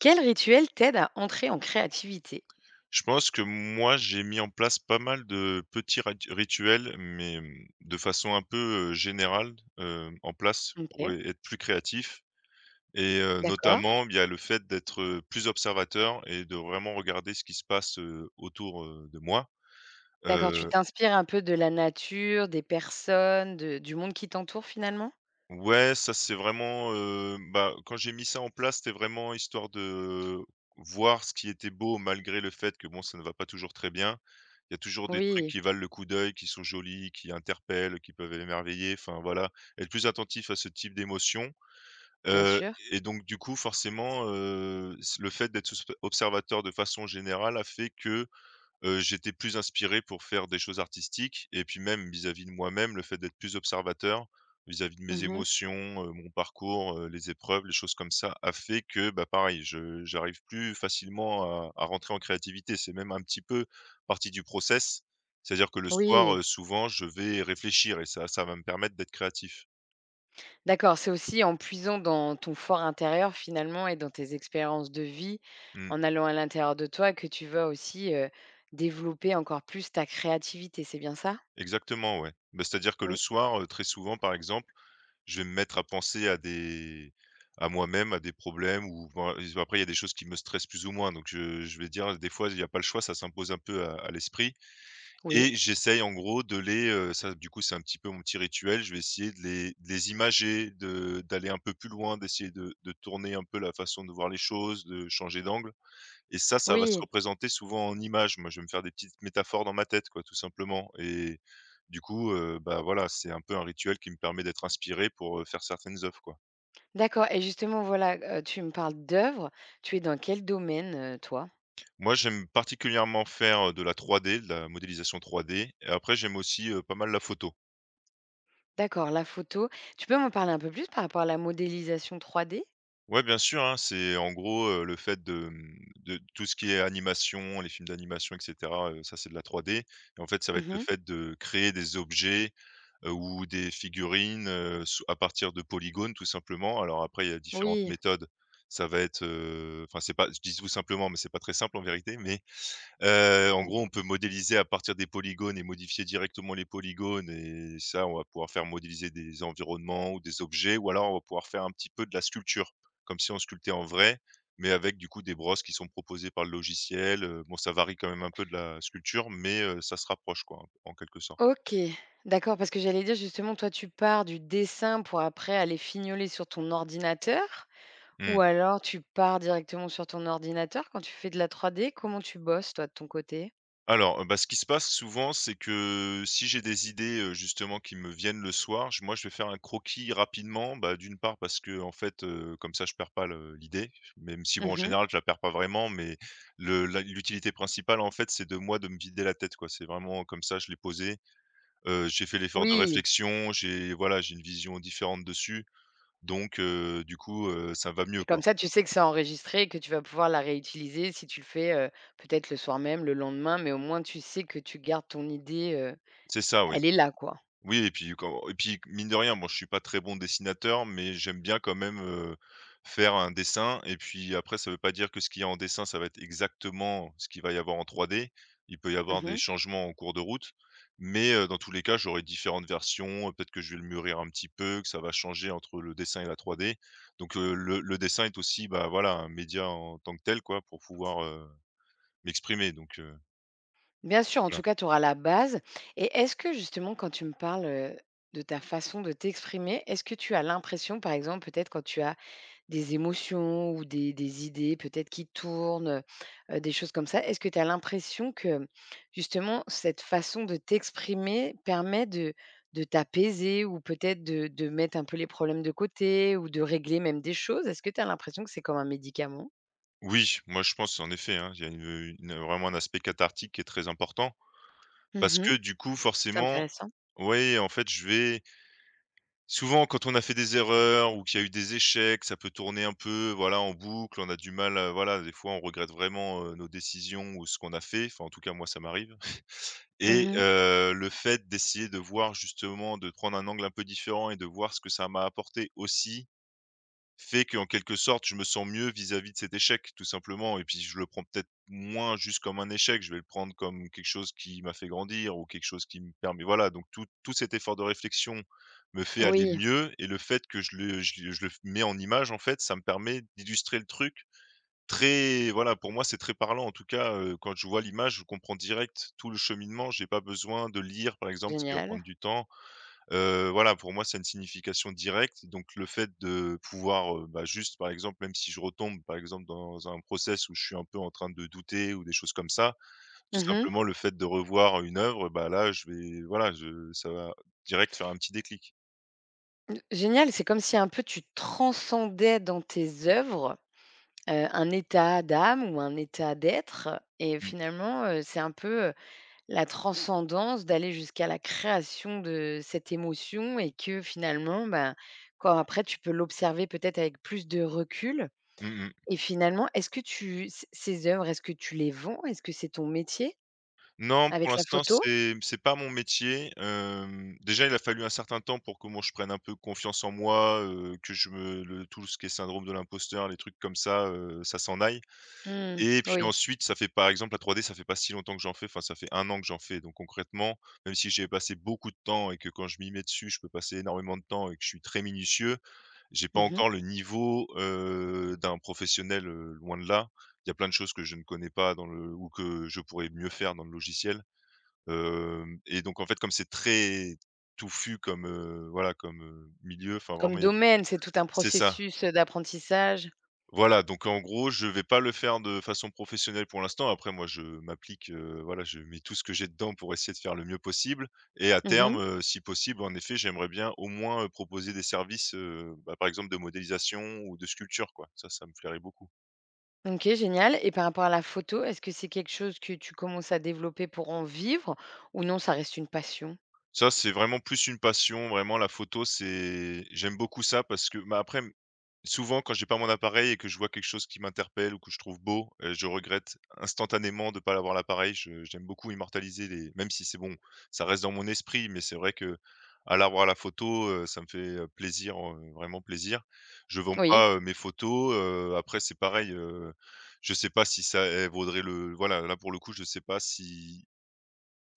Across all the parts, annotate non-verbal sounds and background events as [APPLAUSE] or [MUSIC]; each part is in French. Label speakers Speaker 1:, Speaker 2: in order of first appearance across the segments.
Speaker 1: Quel rituel t'aide à entrer en créativité?
Speaker 2: Je pense que moi, j'ai mis en place pas mal de petits rat rituels, mais, mmh, de façon un peu, générale, en place pour
Speaker 1: OK,
Speaker 2: é être plus créatif et
Speaker 1: d'accord.
Speaker 2: notamment, il y a le fait d'être, plus observateur et de vraiment regarder ce qui se passe, autour, de moi.
Speaker 1: D'accord, tu
Speaker 2: Heu,
Speaker 1: t'inspires un peu de la nature, des personnes, de du monde qui t'entoure finalement?
Speaker 2: ouais, ça c'est vraiment, bah, quand j'ai mis ça en place, c'était vraiment histoire de voir ce qui était beau malgré le fait que bon, ça ne va pas toujours très bien. Il y a toujours des trucs
Speaker 1: Oui,
Speaker 2: qui valent le coup d'œil, qui sont jolis, qui interpellent, qui peuvent émerveiller, enfin voilà, être plus attentif à ce type d'émotion,
Speaker 1: bien
Speaker 2: heu
Speaker 1: sûr.
Speaker 2: et donc du coup forcément, s le fait d'être observateur de façon générale a fait que, j'étais plus inspiré pour faire des choses artistiques et puis même vis-à-vis de moi-même, le fait d'être plus observateur vis-à-vis de mes
Speaker 1: Mmh.
Speaker 2: émotions, mon parcours, les épreuves, les choses comme ça, a fait que, bah, pareil, je j'arrive plus facilement à rentrer en créativité. C'est même un petit peu partie du process. C'est-à-dire que le soir,
Speaker 1: Oui,
Speaker 2: souvent, je vais réfléchir et ça va me permettre d'être créatif.
Speaker 1: d'accord, c'est aussi en puisant dans ton fort intérieur finalement et dans tes expériences de vie,
Speaker 2: Mmh,
Speaker 1: en allant à l'intérieur de toi que tu vas aussi, développer encore plus ta créativité, c'est bien ça?
Speaker 2: exactement, ouais. Bah, c'est-à-dire que le
Speaker 1: Mmh,
Speaker 2: soir, très souvent, par exemple je vais me mettre à penser à des à moi-même, à des problèmes ou ben, et après il y a des choses qui me stressent plus ou moins donc je vais dire des fois il y a pas le choix, ça s'impose un peu à l'esprit et
Speaker 1: oui,
Speaker 2: j'essaye en gros de les, ça du coup c'est un petit peu mon petit rituel, je vais essayer de les imager, de d'aller un peu plus loin, d'essayer de tourner un peu la façon de voir les choses, de changer d'angle et ça va se
Speaker 1: oui,
Speaker 2: représenter souvent en images. Moi, je vais me faire des petites métaphores dans ma tête, quoi, tout simplement. Et du coup, bah, voilà, c'est un peu un rituel qui me permet d'être inspiré pour, faire certaines œuvres, quoi.
Speaker 1: d'accord et justement voilà, tu me parles d'œuvres, tu es dans quel domaine, toi?
Speaker 2: Moi, j'aime particulièrement faire, de la 3D, de la modélisation 3D et après j'aime aussi, pas mal la photo.
Speaker 1: D'accord, la photo. Tu peux m'en parler un peu plus par rapport à la modélisation 3D?
Speaker 2: Ouais, bien sûr, hein, c'est en gros, le fait de, mmh, de tout ce qui est animation, les films d'animation et cetera, ça c'est de la 3D et en fait, ça va être le
Speaker 1: Mmh.
Speaker 2: fait de créer des objets ou des figurines, sous à partir de polygones tout simplement. Alors après, il y a différentes
Speaker 1: Oui.
Speaker 2: méthodes. Ça va être, enfin c'est pas je dis tout simplement, mais c'est pas très simple en vérité, mais, en gros, on peut modéliser à partir des polygones et modifier directement les polygones et ça, on va pouvoir faire modéliser des environnements ou des objets ou alors on va pouvoir faire un petit peu de la sculpture, comme si on sculptait en vrai, mais avec du coup des brosses qui sont proposées par le logiciel, bon ça varie quand même un peu de la sculpture, mais, ça se rapproche quoi, en en quelque sorte.
Speaker 1: OK. D'accord, parce que j'allais dire justement, toi, tu pars du dessin pour après aller fignoler sur ton ordinateur? Ou
Speaker 2: Mmh.
Speaker 1: alors tu pars directement sur ton ordinateur quand tu fais de la 3D? Comment tu bosses toi de ton côté?
Speaker 2: Alors, bah, ce qui se passe souvent, c'est que si j'ai des idées, justement qui me viennent le soir, je moi je vais faire un croquis rapidement. Bah, d'une part parce que en fait, comme ça je perds pas le l'idée, même si bon en
Speaker 1: Mmh.
Speaker 2: général je la perds pas vraiment, mais le la l'utilité principale en fait, c'est de moi de me vider la tête quoi. C'est vraiment comme ça je l'ai posé, j'ai fait l'effort de
Speaker 1: Oui
Speaker 2: réflexion, j'ai voilà, j'ai une vision différente dessus donc du coup, ça va mieux
Speaker 1: et
Speaker 2: quoi.
Speaker 1: comme ça, tu sais que c'est enregistré et que tu vas pouvoir la réutiliser si tu le fais, peut-être le soir même, le lendemain, mais au moins tu sais que tu gardes ton idée,
Speaker 2: C'est ça, oui.
Speaker 1: elle est là, quoi.
Speaker 2: Oui et puis quand et puis mine de rien, bon je suis pas très bon dessinateur, mais j'aime bien quand même, faire un dessin et puis après ça veut pas dire que ce qu'il y a en dessin, ça va être exactement ce qu'il va y avoir en 3D. Il peut y avoir des
Speaker 1: Mmh.
Speaker 2: changements en cours de route, mais dans tous les cas, j'aurai différentes versions, peut-être que je vais le mûrir un petit peu, que ça va changer entre le dessin et la 3D. Donc le dessin est aussi, bah, voilà, un média en tant que tel quoi, pour pouvoir, m'exprimer donc
Speaker 1: Bien sûr, en
Speaker 2: voilà.
Speaker 1: tout cas, tu auras la base. Et est-ce que justement, quand tu me parles de ta façon de t'exprimer, est-ce que tu as l'impression, par exemple, peut-être quand tu as des émotions ou des idées peut-être qui tournent, des choses comme ça, est-ce que tu as l'impression que justement cette façon de t'exprimer permet de t'apaiser ou peut-être de mettre un peu les problèmes de côté ou de régler même des choses. Est-ce que tu as l'impression que c'est comme un médicament?
Speaker 2: Oui, moi je pense en effet, hein, il y a une vraiment un aspect cathartique qui est très important. Parce
Speaker 1: Mhm.
Speaker 2: que du coup,
Speaker 1: C'est
Speaker 2: forcément
Speaker 1: intéressant.
Speaker 2: oui, en fait, je vais souvent quand on a fait des erreurs ou qu'il y a eu des échecs, ça peut tourner un peu, voilà, en boucle. On a du mal, voilà, des fois, on regrette vraiment, nos décisions ou ce qu'on a fait. Enfin, en tout cas, moi, ça m'arrive [LAUGHS] et
Speaker 1: Mhm.
Speaker 2: le fait d'essayer de voir justement, de prendre un angle un peu différent et de voir ce que ça m'a apporté aussi fait qu'en quelque sorte, je me sens mieux vis-à-vis de cet échec, tout simplement et puis je le prends peut-être moins juste comme un échec, je vais le prendre comme quelque chose qui m'a fait grandir ou quelque chose qui me permet voilà, donc tout cet effort de réflexion me fait aller
Speaker 1: Oui,
Speaker 2: mieux et le fait que je le mets en image, en fait, ça me permet d'illustrer le truc très voilà, pour moi, c'est très parlant. En tout cas, quand je vois l'image, je comprends direct tout le cheminement. J'ai pas besoin de lire, par exemple, ce qui va
Speaker 1: génial.
Speaker 2: prendre du temps. Voilà, pour moi, ça a une signification directe, donc le fait de pouvoir, bah, juste, par exemple, même si je retombe, par exemple, dans un process où je suis un peu en train de douter ou des choses comme ça, tout
Speaker 1: Mhm.
Speaker 2: simplement le fait de revoir une œuvre, bah, là, je vais voilà, je ça va direct faire un petit déclic.
Speaker 1: Génial, c'est comme si un peu tu transcendais dans tes œuvres, un état d'âme ou un état d'être et
Speaker 2: Mmh.
Speaker 1: finalement, c'est un peu la transcendance d'aller jusqu'à la création de cette émotion et que finalement, ben, quand après tu peux l'observer peut-être avec plus de recul.
Speaker 2: Mmh mh.
Speaker 1: Et finalement, est-ce que tu c ces œuvres, est-ce que tu les vends? Est-ce que c'est ton métier
Speaker 2: Non, pour
Speaker 1: avec la
Speaker 2: l'instant,
Speaker 1: photo?
Speaker 2: c'est pas mon métier, hem, déjà, il a fallu un certain temps pour que moi je prenne un peu confiance en moi, que je me le tout ce qui est syndrome de l'imposteur, les trucs comme ça, ça s'en aille.
Speaker 1: Mmh,
Speaker 2: Et puis
Speaker 1: oui.
Speaker 2: ensuite, ça fait par exemple la 3D, ça fait pas si longtemps que j'en fais, enfin ça fait 1 an que j'en fais, donc concrètement, même si j'ai passé beaucoup de temps et que quand je m'y mets dessus, je peux passer énormément de temps et que je suis très minutieux, j'ai pas
Speaker 1: Mmh.
Speaker 2: encore le niveau, d'un professionnel, loin de là. Il y a plein de choses que je ne connais pas dans le ou que je pourrais mieux faire dans le logiciel, hem et donc en fait, comme c'est très touffu comme, voilà, comme, milieu, enfin
Speaker 1: Comme
Speaker 2: vraiment il y a beaucoup
Speaker 1: domaine, c'est tout un
Speaker 2: c'est ça.
Speaker 1: processus d'apprentissage.
Speaker 2: Voilà, donc en gros, je vais pas le faire de façon professionnelle pour l'instant. Après moi, je m'applique, voilà, je mets tout ce que j'ai dedans pour essayer de faire le mieux possible et à terme,
Speaker 1: Mmh.
Speaker 2: si possible, en effet, j'aimerais bien au moins, proposer des services, bah, par exemple de modélisation ou de sculpture, quoi. Ça me plairait beaucoup.
Speaker 1: OK, génial et par rapport à la photo, est-ce que c'est quelque chose que tu commences à développer pour en vivre ou non, ça reste une passion?
Speaker 2: Ça, c'est vraiment plus une passion, vraiment la photo, c'est j'aime beaucoup ça parce que bah, après, m souvent quand j'ai pas mon appareil et que je vois quelque chose qui m'interpelle ou que je trouve beau, je regrette instantanément de pas l'appareil. Je j'aime beaucoup immortaliser les même si c'est bon, ça reste dans mon esprit, mais c'est vrai qu'à l'avoir la photo, ça me fait, plaisir, vraiment plaisir. Je vends
Speaker 1: Oui,
Speaker 2: pas, mes photos, après c'est pareil, je sais pas si ça, elles vaudraient le voilà, là pour le coup, je sais pas si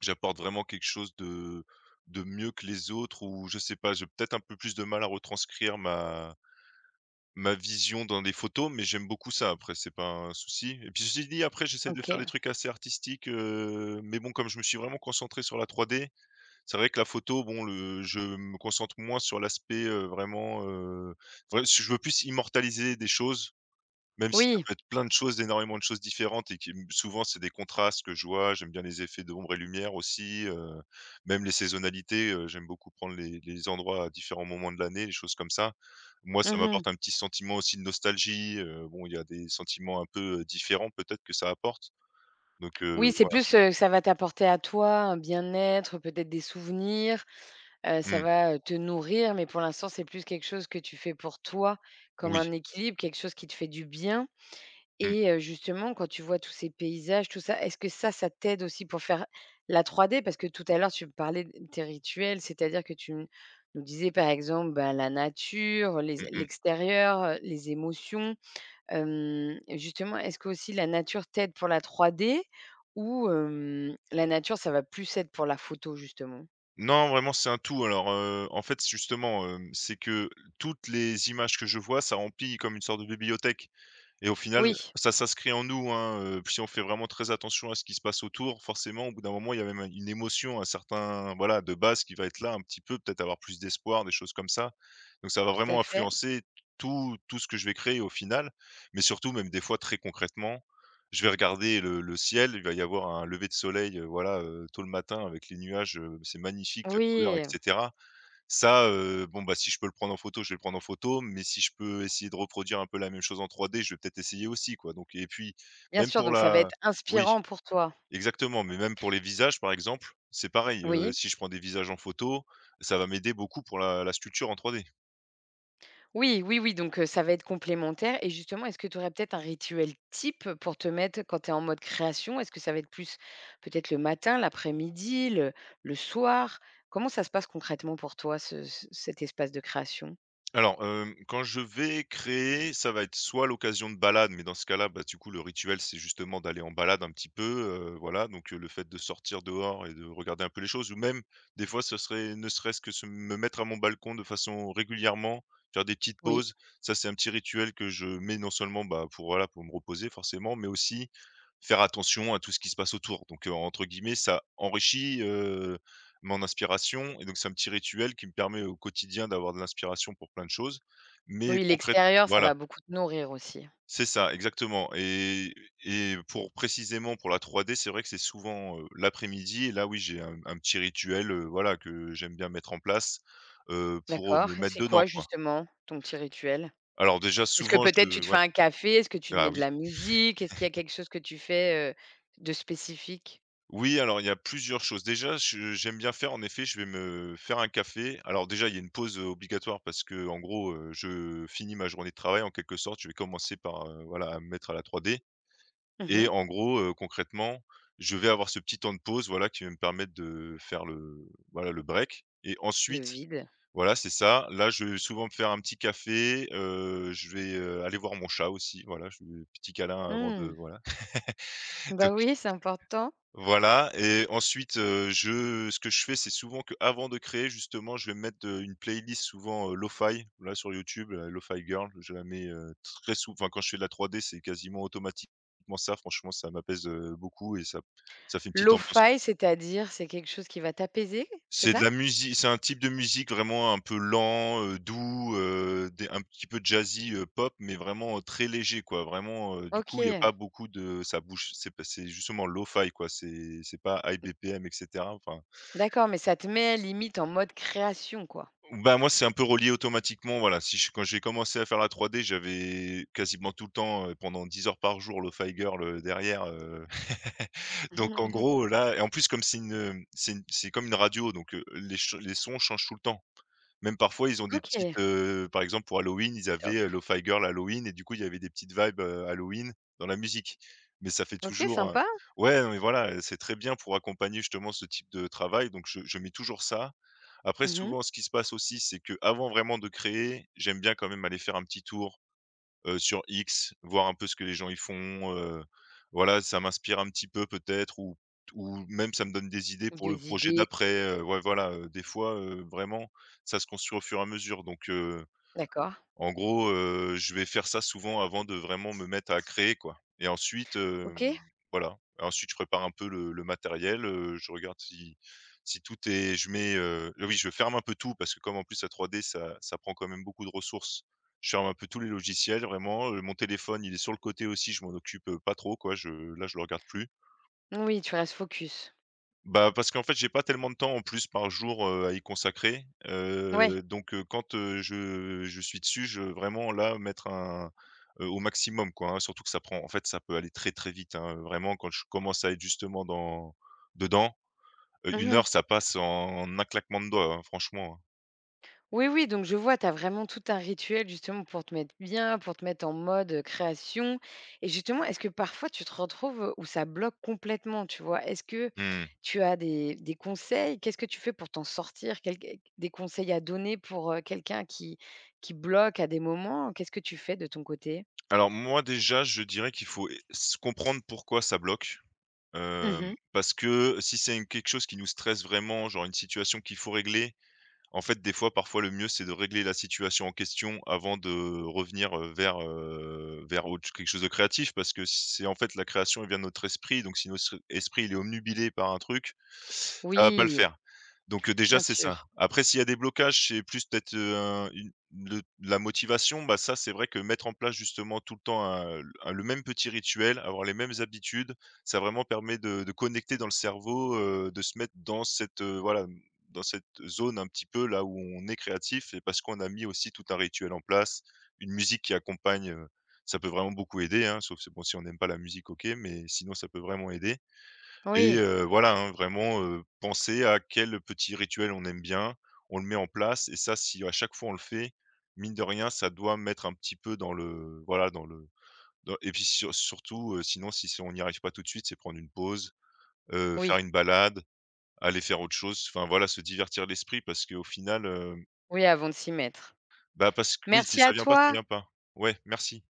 Speaker 2: j'apporte vraiment quelque chose de mieux que les autres ou je sais pas, j'ai peut-être un peu plus de mal à retranscrire ma vision dans des photos, mais j'aime beaucoup ça après, c'est pas un souci et puis ceci dit après j'essaie de faire
Speaker 1: OK.
Speaker 2: des trucs assez artistiques, mais bon comme je me suis vraiment concentré sur la 3D, c'est vrai que la photo bon le je me concentre moins sur l'aspect, vraiment, vrai si je veux plus immortaliser des choses, même si ça
Speaker 1: Oui.
Speaker 2: peut être plein de choses, énormément de choses différentes et qui souvent c'est des contrastes que je vois. J'aime bien les effets d'ombre et lumière aussi, même les saisonnalités, j'aime beaucoup prendre les endroits à différents moments de l'année, les choses comme ça. Moi, ça
Speaker 1: Mmh.
Speaker 2: m'apporte un petit sentiment aussi de nostalgie, bon, il y a des sentiments un peu, différents peut-être que ça apporte. Donc
Speaker 1: Oui, c'est
Speaker 2: voilà.
Speaker 1: plus, ça va t'apporter à toi un bien-être, peut-être des souvenirs, ça
Speaker 2: Mmh.
Speaker 1: va, te nourrir, mais pour l'instant, c'est plus quelque chose que tu fais pour toi, comme
Speaker 2: Oui.
Speaker 1: un équilibre, quelque chose qui te fait du bien.
Speaker 2: Mmh,
Speaker 1: Et justement, quand tu vois tous ces paysages, tout ça, est-ce que ça t'aide aussi pour faire la 3D? Parce que tout à l'heure, tu me parlais de tes rituels, c'est-à-dire que tu n nous disais, par exemple, bah, la nature, les
Speaker 2: mmh mh.
Speaker 1: l'extérieur, les émotions. Hem, justement, est-ce que aussi la nature t'aide pour la 3D ou hem, la nature, ça va plus être pour la photo, justement?
Speaker 2: Non, vraiment c'est un tout. Alors, en fait, justement, c'est que toutes les images que je vois, ça remplit comme une sorte de bibliothèque. Et au final,
Speaker 1: Oui,
Speaker 2: ça s'inscrit en nous, hein, si on fait vraiment très attention à ce qui se passe autour, forcément, au bout d'un moment, il y a même une émotion, un certain voilà, de base qui va être là un petit peu, peut-être avoir plus d'espoir, des choses comme ça. Donc ça va
Speaker 1: tout à
Speaker 2: vraiment
Speaker 1: fait.
Speaker 2: influencer tout ce que je vais créer au final, mais surtout même des fois très concrètement, je vais regarder le ciel, il va y avoir un lever de soleil, voilà, tôt le matin avec les nuages, c'est magnifique, la couleur et
Speaker 1: Oui,
Speaker 2: cetera. Ça, bon, bah, si je peux le prendre en photo, je vais le prendre en photo, mais si je peux essayer de reproduire un peu la même chose en 3D, je vais peut-être essayer aussi, quoi, donc et puis
Speaker 1: bien
Speaker 2: même
Speaker 1: sûr,
Speaker 2: pour
Speaker 1: donc ça va
Speaker 2: la
Speaker 1: être
Speaker 2: oui,
Speaker 1: inspirant pour toi.
Speaker 2: exactement, mais même pour les visages, par exemple, c'est pareil,
Speaker 1: Oui.
Speaker 2: si je prends des visages en photo, ça va m'aider beaucoup pour la sculpture en 3D.
Speaker 1: Oui, oui, oui, donc ça va être complémentaire et justement, est-ce que tu aurais peut-être un rituel type pour te mettre quand tu es en mode création? Est-ce que ça va être plus peut-être le matin, l'après-midi, le soir? Comment ça se passe concrètement pour toi ce cet espace de création?
Speaker 2: Alors, quand je vais créer, ça va être soit l'occasion de balade, mais dans ce cas-là, bah, du coup, le rituel, c'est justement d'aller en balade un petit peu, voilà, donc le fait de sortir dehors et de regarder un peu les choses ou même des fois, ce serait ne serait-ce que se me mettre à mon balcon de façon régulièrement, faire des petites
Speaker 1: Oui,
Speaker 2: pauses. Ça, c'est un petit rituel que je mets non seulement, bah, pour voilà, pour me reposer forcément, mais aussi faire attention à tout ce qui se passe autour. Donc entre guillemets, ça enrichit, mon inspiration et donc c'est un petit rituel qui me permet au quotidien d'avoir de l'inspiration pour plein de choses. Mais
Speaker 1: oui,
Speaker 2: concrètement,
Speaker 1: l'extérieur, ça
Speaker 2: voilà,
Speaker 1: va beaucoup te nourrir aussi.
Speaker 2: c'est ça, exactement et pour précisément pour la 3D, c'est vrai que c'est souvent, l'après-midi et là, oui, j'ai un petit rituel, voilà, que j'aime bien mettre en place, pour,
Speaker 1: D'accord,
Speaker 2: me mettre
Speaker 1: c'est
Speaker 2: dedans,
Speaker 1: quoi
Speaker 2: quoi.
Speaker 1: justement ton petit rituel?
Speaker 2: Alors déjà,
Speaker 1: Est-ce que
Speaker 2: souvent,
Speaker 1: peut-être tu
Speaker 2: je
Speaker 1: te fais
Speaker 2: ouais,
Speaker 1: un café? Est-ce que tu te
Speaker 2: ah
Speaker 1: mets de
Speaker 2: oui.
Speaker 1: la musique? Est-ce qu'il y a quelque chose que tu fais, de spécifique?
Speaker 2: Oui, alors il y a plusieurs choses. Déjà, je j'aime bien faire en effet, je vais me faire un café. Alors déjà, il y a une pause, obligatoire parce que en gros, je finis ma journée de travail en quelque sorte. Je vais commencer par, voilà, à me mettre à la 3D et
Speaker 1: Mmh.
Speaker 2: en gros, concrètement, je vais avoir ce petit temps de pause, voilà, qui va me permettre de faire le voilà, le break et
Speaker 1: Le
Speaker 2: ensuite,
Speaker 1: vide.
Speaker 2: voilà, c'est ça. Là, je vais souvent me faire un petit café, je vais, aller voir mon chat aussi, voilà, je vais petit câlin avant de
Speaker 1: Mmh.
Speaker 2: voilà.
Speaker 1: Bah
Speaker 2: [LAUGHS]
Speaker 1: oui, c'est important.
Speaker 2: Voilà et ensuite, je ce que je fais, c'est souvent que avant de créer justement, je vais mettre, une playlist souvent, lo-fi, là sur YouTube, Lo-Fi Girl, je la mets, très souvent enfin quand je fais de la 3D, c'est quasiment automatiquement ça. Franchement, ça m'apaise, beaucoup et ça fait une petite ambiance.
Speaker 1: Lo-fi, c'est-à-dire, c'est quelque chose qui va t'apaiser, c'est
Speaker 2: C'est de
Speaker 1: ça?
Speaker 2: la musique, c'est un type de musique vraiment un peu lent, doux, des un petit peu jazzy, pop, mais vraiment, très léger quoi. Vraiment, du coup, il y a
Speaker 1: OK,
Speaker 2: pas beaucoup de ça bouge, c'est pas c'est justement lo-fi quoi, c'est pas high BPM et cetera. Enfin
Speaker 1: d'accord, mais ça te met limite en mode création, quoi.
Speaker 2: bah, moi, c'est un peu relié automatiquement, voilà. Si je quand j'ai commencé à faire la 3D, j'avais quasiment tout le temps, pendant 10 heures par jour, le Firework, derrière, [LAUGHS] donc en gros,
Speaker 1: [LAUGHS]
Speaker 2: là et en plus, comme c'est une, c'est une c'est comme une radio, donc les sons changent tout le temps. Même parfois, ils ont des petites,
Speaker 1: OK,
Speaker 2: par exemple, pour Halloween, ils
Speaker 1: top.
Speaker 2: avaient, Lo-Fi Girl Halloween et du coup, il y avait des petites vibes, Halloween dans la musique. Mais ça fait
Speaker 1: OK,
Speaker 2: toujours,
Speaker 1: sympa.
Speaker 2: ouais, non, mais voilà, c'est très bien pour accompagner justement ce type de travail, donc je mets toujours ça. Après
Speaker 1: Mmh mh.
Speaker 2: souvent, ce qui se passe aussi, c'est que avant vraiment de créer, j'aime bien quand même aller faire un petit tour sur X, voir un peu ce que les gens y font, voilà, ça m'inspire un petit peu peut-être ou même ça me donne des idées pour le
Speaker 1: Des
Speaker 2: projet
Speaker 1: idées,
Speaker 2: d'après, ouais, voilà, des fois, vraiment ça se construit au fur et à mesure donc
Speaker 1: d'accord.
Speaker 2: en gros, je vais faire ça souvent avant de vraiment me mettre à créer, quoi et ensuite,
Speaker 1: OK.
Speaker 2: voilà. Ensuite, je prépare un peu le matériel, je regarde si tout est, je mets, ah oui, je ferme un peu tout parce que comme en plus la 3D ça ça prend quand même beaucoup de ressources. Je ferme un peu tous les logiciels vraiment, mon téléphone, il est sur le côté aussi, je m'en occupe, pas trop quoi, je là, je le regarde plus.
Speaker 1: Oui, tu restes focus.
Speaker 2: Bah, parce qu'en fait, j'ai pas tellement de temps en plus par jour, à y consacrer,
Speaker 1: Ouais.
Speaker 2: donc quand, je suis dessus, je veux vraiment là mettre un au maximum quoi, hein. Surtout que ça prend en fait, ça peut aller très, très vite, hein, vraiment quand je commence à être justement dans dedans, 1
Speaker 1: Mmh.
Speaker 2: heure ça passe en un claquement de doigts, hein, franchement, hein.
Speaker 1: Oui, oui, donc je vois, tu as vraiment tout un rituel justement pour te mettre bien, pour te mettre en mode création. Et justement, est-ce que parfois tu te retrouves où ça bloque complètement, tu vois? Est-ce que
Speaker 2: Mmh.
Speaker 1: tu as des conseils? Qu'est-ce que tu fais pour t'en sortir? Des conseils à donner pour quelqu'un qui bloque à des moments? Qu'est-ce que tu fais de ton côté?
Speaker 2: Alors moi déjà, je dirais qu'il faut é s comprendre pourquoi ça bloque,
Speaker 1: Mhm.
Speaker 2: parce que si c'est une quelque chose qui nous stresse vraiment, genre une situation qu'il faut régler. En fait, des fois, parfois, le mieux, c'est de régler la situation en question avant de revenir, vers autre quelque chose de créatif parce que c'est en fait la création, elle vient de notre esprit, donc si notre esprit, il est omnubilé par un truc, ça va pas le
Speaker 1: Oui,
Speaker 2: faire. Donc, déjà,
Speaker 1: bien
Speaker 2: c'est ça.
Speaker 1: sûr.
Speaker 2: Après, s'il y a des blocages, c'est plus peut-être, un une le la motivation, bah, ça, c'est vrai que mettre en place justement tout le temps un le même petit rituel, avoir les mêmes habitudes, ça vraiment permet de connecter dans le cerveau, de se mettre dans cette, voilà dans cette zone un petit peu là où on est créatif et parce qu'on a mis aussi tout un rituel en place, une musique qui accompagne, ça peut vraiment beaucoup aider, hein, sauf c'est bon si on n'aime pas la musique, OK, mais sinon ça peut vraiment aider et
Speaker 1: Oui,
Speaker 2: voilà, hein, vraiment, penser à quel petit rituel on aime bien, on le met en place et ça, si à chaque fois on le fait, mine de rien, ça doit mettre un petit peu dans le voilà, dans le dans et puis surtout, sinon si c'est on n'y arrive pas tout de suite, c'est prendre une pause, faire
Speaker 1: oui,
Speaker 2: une balade. Aller faire autre chose, enfin voilà, se divertir l'esprit parce qu'au final,
Speaker 1: oui, avant de s'y mettre.
Speaker 2: bah, parce que oui, si
Speaker 1: Merci
Speaker 2: ça
Speaker 1: à
Speaker 2: vient pas, ça
Speaker 1: toi.
Speaker 2: vient pas. Ouais, merci.